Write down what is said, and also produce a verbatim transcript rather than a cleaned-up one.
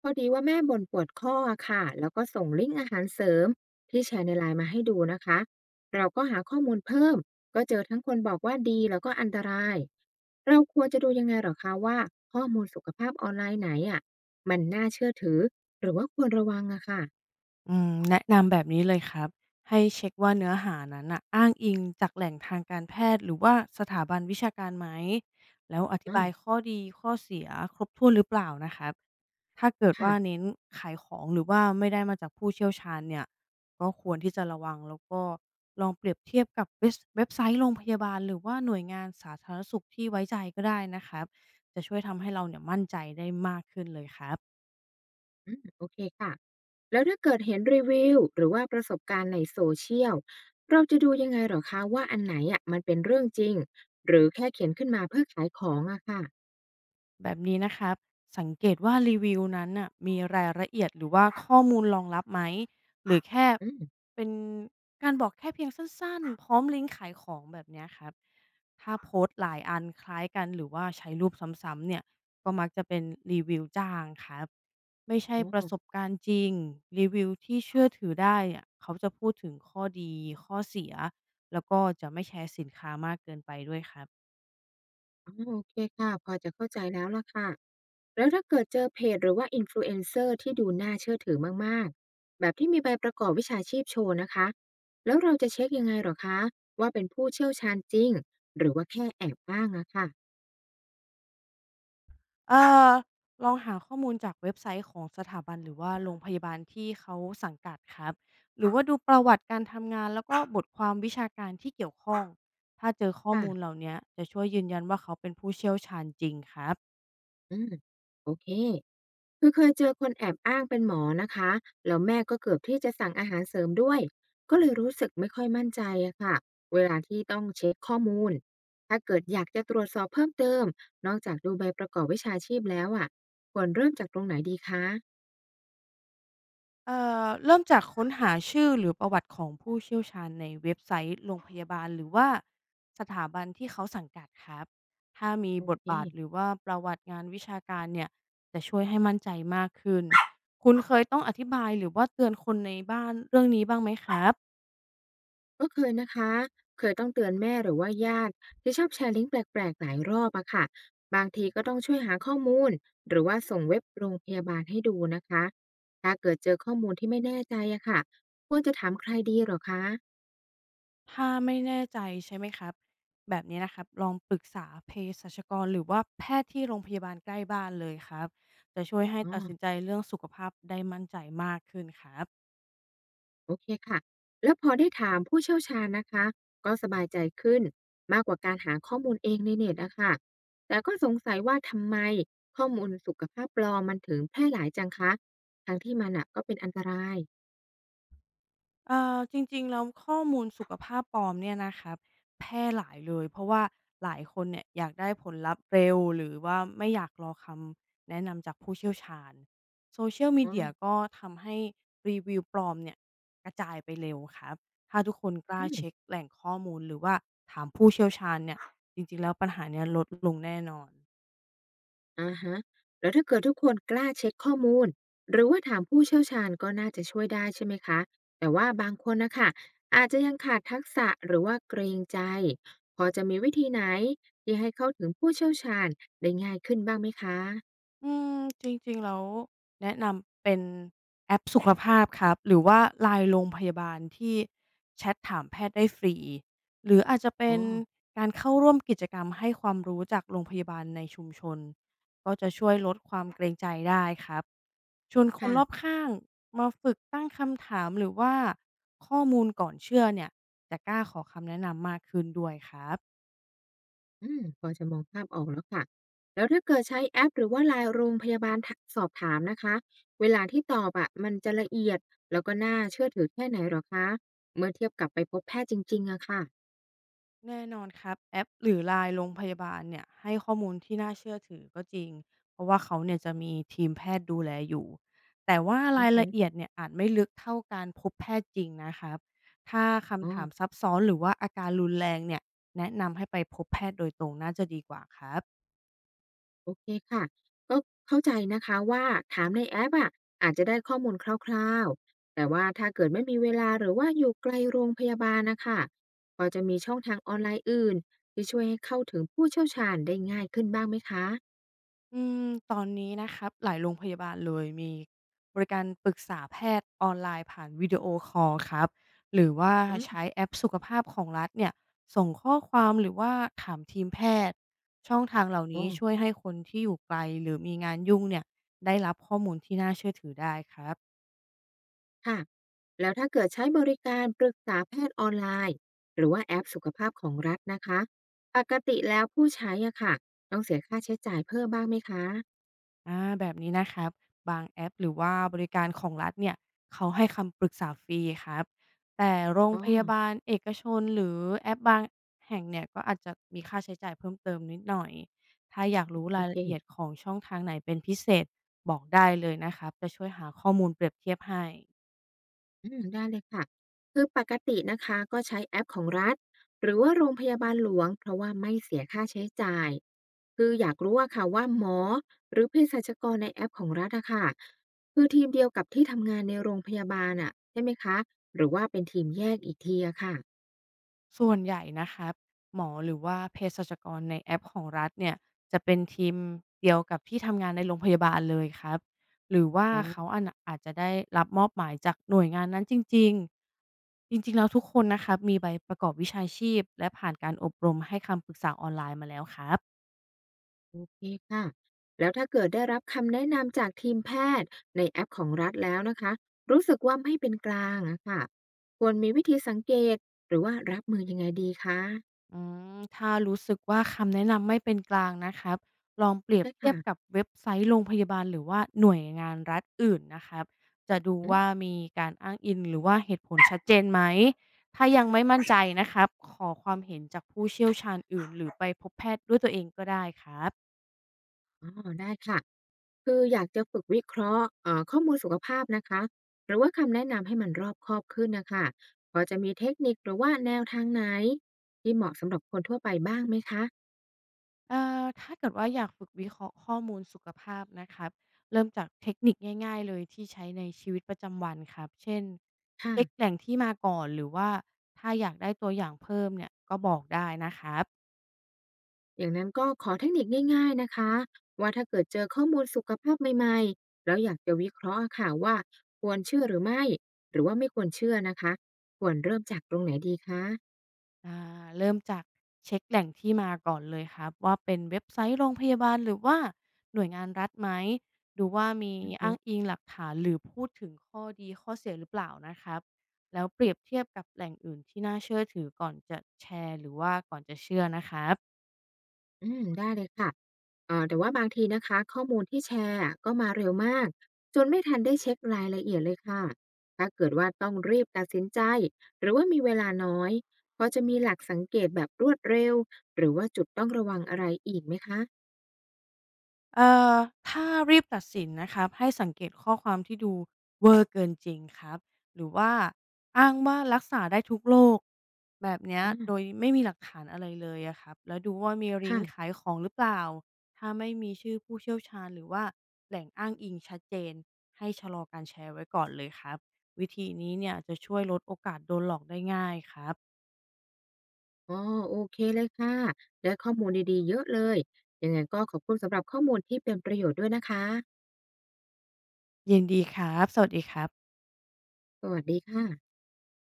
พอดีว่าแม่บ่นปวดข้ออะค่ะแล้วก็ส่งลิงก์อาหารเสริมที่แชร์ในไลน์มาให้ดูนะคะ เราก็หาข้อมูลเพิ่มก็เจอทั้งคนบอกว่าดีแล้วก็อันตราย เราควรจะดูยังไงเหรอคะว่าข้อมูลสุขภาพออนไลน์ไหนอ่ะมันน่าเชื่อถือหรือว่าควรระวังอะค่ะอืมแนะนำแบบนี้เลยครับให้เช็คว่าเนื้อหานั้นน่ะอ้างอิงจากแหล่งทางการแพทย์หรือว่าสถาบันวิชาการไหมแล้วอธิบาอ่ายข้อดีข้อเสียครบถ้วนหรือเปล่านะครับถ้าเกิดว่าค่ะเน้นขายของหรือว่าไม่ได้มาจากผู้เชี่ยวชาญเนี่ยก็ควรที่จะระวังแล้วก็ลองเปรียบเทียบกับเว็บเว็บไซต์โรงพยาบาลหรือว่าหน่วยงานสาธารณสุขที่ไว้ใจก็ได้นะครับจะช่วยทำให้เราเนี่ยมั่นใจได้มากขึ้นเลยครับ อืมโอเคค่ะ แล้วถ้าเกิดเห็นรีวิวหรือว่าประสบการณ์ในโซเชียลเราจะดูยังไงเหรอคะว่าอันไหนอ่ะมันเป็นเรื่องจริงหรือแค่เขียนขึ้นมาเพื่อขายของอะค่ะแบบนี้นะครับสังเกตว่ารีวิวนั้นน่ะมีรายละเอียดหรือว่าข้อมูลรองรับไหมหรือแค่อืม เป็นการบอกแค่เพียงสั้นๆพร้อมลิงก์ขายของแบบเนี้ยครับถ้าโพสต์หลายอันคล้ายกันหรือว่าใช้รูปซ้ำๆเนี่ยก็มักจะเป็นรีวิวจ้างครับไม่ใช่อ๋ประอสบการณ์จริงรีวิวที่เชื่อถือได้อะเขาจะพูดถึงข้อดีข้อเสียแล้วก็จะไม่แชร์สินค้ามากเกินไปด้วยครับ อืมโอเคค่ะพอจะเข้าใจแล้วล่ะค่ะแล้วถ้าเกิดเจอเพจหรือว่า Influencer ที่ดูน่าเชื่อถือมากๆแบบที่มีใบประกอบวิชาชีพโชว์นะคะแล้วเราจะเช็คยังไงเหรอคะว่าเป็นผู้เชี่ยวชาญจริงหรือว่าแค่แอบอ้างอะค่ะเอ่อลองหาข้อมูลจากเว็บไซต์ของสถาบันหรือว่าโรงพยาบาลที่เขาสังกัดครับหรือว่าดูประวัติการทำงานแล้วก็บทความวิชาการที่เกี่ยวข้องถ้าเจอข้อมูลเหค่ะล่าเนี้ยจะช่วยยืนยันว่าเขาเป็นผู้เชี่ยวชาญจริงครับ อืมโอเค คือเคยเจอคนแอบอ้างเป็นหมอนะคะแล้วแม่ก็เกือบที่จะสั่งอาหารเสริมด้วยก็เลยรู้สึกไม่ค่อยมั่นใจอะค่ะเวลาที่ต้องเช็คข้อมูลถ้าเกิดอยากจะตรวจสอบเพิ่มเติมนอกจากดูใบประกอบวิชาชีพแล้วอะควรเริ่มจากตรงไหนดีคะเอ่อเริ่มจากค้นหาชื่อหรือประวัติของผู้เชี่ยวชาญในเว็บไซต์โรงพยาบาลหรือว่าสถาบันที่เขาสังกัดครับถ้ามีโอบทเค บาทหรือว่าประวัติงานวิชาการเนี่ยจะช่วยให้มั่นใจมากขึ้นคุณเคยต้องอธิบายหรือว่าเตือนคนในบ้านเรื่องนี้บ้างไหมครับก็เคยนะคะเคยต้องเตือนแม่หรือว่าญาติที่ชอบแชร์ลิงก์แปลกๆหลายรอบอะค่ะบางทีก็ต้องช่วยหาข้อมูลหรือว่าส่งเว็บโรงพยาบาลให้ดูนะคะถ้าเกิดเจอข้อมูลที่ไม่แน่ใจอะค่ะควรจะถามใครดีเหรอคะถ้าไม่แน่ใจใช่ไหมครับแบบนี้นะครับลองปรึกษาเภสัชกรหรือว่าแพทย์ที่โรงพยาบาลใกล้บ้านเลยครับจะช่วยให้อ๋ตัดอสินใจเรื่องสุขภาพได้มั่นใจมากขึ้นครับ โอเคค่ะแล้วพอได้ถามผู้เชี่ยวชาญนะคะก็สบายใจขึ้นมากกว่าการหาข้อมูลเองในเน็ตอะค่ะแต่ก็สงสัยว่าทำไมข้อมูลสุขภาพปลอมมันถึงแพร่หลายจังคะทั้งที่มันอะก็เป็นอันตรายเอ่อจริงๆแล้วข้อมูลสุขภาพปลอมเนี่ยนะครับแพร่หลายเลยเพราะว่าหลายคนเนี่ยอยากได้ผลลัพธ์เร็วหรือว่าไม่อยากรอคำแนะนำจากผู้เชี่ยวชาญ Social อ๋อ Media ก็ทำให้รีวิวปลอมเนี่ยกระจายไปเร็วครับถ้าทุกคนกล้าอืมเช็กแหล่งข้อมูลหรือว่าถามผู้เชี่ยวชาญเนี่ยจริงๆแล้วปัญหาเนี้ยลดลงแน่นอน อาฮะแล้วถ้าเกิดทุกคนกล้าเช็คข้อมูลหรือว่าถามผู้เชี่ยวชาญก็น่าจะช่วยได้ใช่ไหมคะแต่ว่าบางคนนะค่ะอาจจะยังขาดทักษะหรือว่าเกรงใจพอจะมีวิธีไหนที่ให้เข้าถึงผู้เชี่ยวชาญได้ง่ายขึ้นบ้างไหมคะอืมจริงๆแล้วแนะนำเป็นแอปสุขภาพครับหรือว่า ไลน์ โรงพยาบาลที่แชตถามแพทย์ได้ฟรีหรืออาจจะเป็อ๋อนการเข้าร่วมกิจกรรมให้ความรู้จากโรงพยาบาลในชุมชนก็จะช่วยลดความเกรงใจได้ครับชวนคนค่ะรอบข้างมาฝึกตั้งคำถามหรือว่าข้อมูลก่อนเชื่อเนี่ยจะกล้าขอคำแนะนำมากขึ้นด้วยครับ อืมพอจะมองภาพออกแล้วค่ะแล้วถ้าเกิดใช้แอปหรือว่า แอล ไอ เอ็น โรงพยาบาลทกสอบถามนะคะเวลาที่ตอบอะมันจะละเอียดแล้วก็น่าเชื่อถือแค่ไหนหรอคะเมื่อเทียบกับไปพบแพทย์จริงๆอะค่ะ แน่นอนครับแอปหรือไลน์โรงพยาบาลเนี่ยให้ข้อมูลที่น่าเชื่อถือก็จริงเพราะว่าเขาเนี่ยจะมีทีมแพทย์ดูแลอยู่แต่ว่าอืราอยฮึละเอียดเนี่ยอาจไม่ลึกเท่าการพบแพทย์จริงนะครับถ้าอ๋อคำถามซับซ้อนหรือว่าอาการรุนแรงเนี่ยแนะนำให้ไปพบแพทย์โดยตรงน่าจะดีกว่าครับ โอเคค่ะก็เข้าใจนะคะว่าถามในแอปอะอาจจะได้ข้อมูลคร่าวๆแต่ว่าถ้าเกิดไม่มีเวลาหรือว่าอยู่ไกลโรงพยาบาลน่ะค่ะพอจะมีช่องทางออนไลน์อื่นที่ช่วยให้เข้าถึงผู้เชี่ยวชาญได้ง่ายขึ้นบ้างไหมคะอืมตอนนี้นะครับหลายโรงพยาบาลเลยมีบริการปรึกษาแพทย์ออนไลน์ผ่านวิดีโอคอลครับหรือว่าอืมใช้แอปสุขภาพของรัฐเนี่ยส่งข้อความหรือว่าถามทีมแพทย์ช่องทางเหล่าอ๋อนี้ช่วยให้คนที่อยู่ไกลหรือมีงานยุ่งเนี่ยได้รับข้อมูลที่น่าเชื่อถือได้ครับ ค่ะแล้วถ้าเกิดใช้บริการปรึกษาแพทย์ออนไลน์หรือว่าแอปสุขภาพของรัฐนะคะปกติแล้วผู้ใช้อะค่ะต้องเสียค่าใช้จ่ายเพิ่มบ้างไหมคะอาแบบนี้นะครับบางแอปหรือว่าบริการของรัฐเนี่ยเขาให้คำปรึกษาฟรีครับแต่โรงอ๋อพยาบาลเอกชนหรือแอปบางแห่งเนี่ยก็อาจจะมีค่าใช้จ่ายเพิ่มเติมนิดหน่อยถ้าอยากรู้โอรายละเอียดเค ของช่องทางไหนเป็นพิเศษบอกได้เลยนะครับจะช่วยหาข้อมูลเปรียบเทียบให้ อืมได้เลยค่ะคือปกตินะคะก็ใช้แอปของรัฐหรือว่าโรงพยาบาลหลวงเพราะว่าไม่เสียค่าใช้จ่ายคืออยากรู้อะค่ะว่าหมอหรือเภสัชกรในแอปของรัฐอะค่ะคือทีมเดียวกับที่ทำงานในโรงพยาบาลอะใช่ไหมคะหรือว่าเป็นทีมแยกอีกทีอะค่ะส่วนใหญ่นะครับหมอหรือว่าเภสัชกรในแอปของรัฐเนี่ยจะเป็นทีมเดียวกับที่ทำงานในโรงพยาบาลเลยครับหรือว่าอ๋เขาออะนะอาจจะได้รับมอบหมายจากหน่วยงานนั้นจริงๆจริงๆแล้วทุกคนนะครับมีใบประกอบวิชาชีพและผ่านการอบรมให้คำปรึกษาออนไลน์มาแล้วครับ โอเคค่ะแล้วถ้าเกิดได้รับคำแนะนำจากทีมแพทย์ในแอปของรัฐแล้วนะคะรู้สึกว่าไม่เป็นกลางอะค่ะควรมีวิธีสังเกตหรือว่ารับมือยังไงดีคะ อืมถ้ารู้สึกว่าคำแนะนำไม่เป็นกลางนะครับลองเปรียบใช่เทียบกัค่ะบเว็บไซต์โรงพยาบาลหรือว่าหน่วยงานรัฐอื่นนะครับจะดูอืมว่ามีการอ้างอิงหรือว่าเหตุผลชัดเจนไหม ถ้ายังไม่มั่นใจนะครับขอความเห็นจากผู้เชี่ยวชาญอื่นหรือไปพบแพทย์ด้วยตัวเองก็ได้ครับ อ๋อได้ค่ะคืออยากจะฝึกวิเคราะห์เอ่อข้อมูลสุขภาพนะคะหรือว่าคำแนะนำให้มันรอบคอบขึ้นน่ะค่ะพอจะมีเทคนิคหรือว่าแนวทางไหนที่เหมาะสำหรับคนทั่วไปบ้างไหมคะเอ่อถ้าเกิดว่าอยากฝึกวิเคราะห์ข้อมูลสุขภาพนะครับเริ่มจากเทคนิคง่ายๆเลยที่ใช้ในชีวิตประจำวันครับเช่นเช็กแหค่ะล่งที่มาก่อนหรือว่าถ้าอยากได้ตัวอย่างเพิ่มเนี่ยก็บอกได้นะครับ อย่างนั้นก็ขอเทคนิคง่ายๆนะคะว่าถ้าเกิดเจอข้อมูลสุขภาพใหม่ๆแล้วอยากจะวิเคราะห์อะค่ะว่าควรเชื่อหรือไม่หรือว่าไม่ควรเชื่อนะคะควรเริ่มจากตรงไหนดีคะอาเริ่มจากเช็คแหล่งที่มาก่อนเลยครับว่าเป็นเว็บไซต์โรงพยาบาลหรือว่าหน่วยงานรัฐไหมดูว่ามีอือฮึ อ้างอิงหลักฐานหรือพูดถึงข้อดีข้อเสียหรือเปล่านะครับแล้วเปรียบเทียบกับแหล่งอื่นที่น่าเชื่อถือก่อนจะแชร์หรือว่าก่อนจะเชื่อนะครับ อืมได้เลยค่ะเอ่อแต่ว่าบางทีนะคะข้อมูลที่แชร์อะก็มาเร็วมากจนไม่ทันได้เช็ครายละเอียดเลยค่ะถ้าเกิดว่าต้องรีบตัดสินใจหรือว่ามีเวลาน้อยพอจะมีหลักสังเกตแบบรวดเร็วหรือว่าจุดต้องระวังอะไรอีกไหมคะเอ่อถ้ารีบตัดสินนะครับให้สังเกตข้อความที่ดูเวอร์เกินจริงครับหรือว่าอ้างว่ารักษาได้ทุกโรคแบบเนี้ยอืโดมยไม่มีหลักฐานอะไรเลยอะครับแล้วดูว่ามีลิงก์ขาค่ะยของหรือเปล่าถ้าไม่มีชื่อผู้เชี่ยวชาญหรือว่าแหล่งอ้างอิงชัดเจนให้ชะลอการแชร์ไว้ก่อนเลยครับวิธีนี้เนี่ยจะช่วยลดโอกาสโดนหลอกได้ง่ายครับอ๋อโอเคเลยค่ะได้ข้อมูลดีๆเยอะเลยยังไงก็ขอบคุณสำหรับข้อมูลที่เป็นประโยชน์ด้วยนะคะยินดีครับสวัสดีครับสวัสดีค่ะ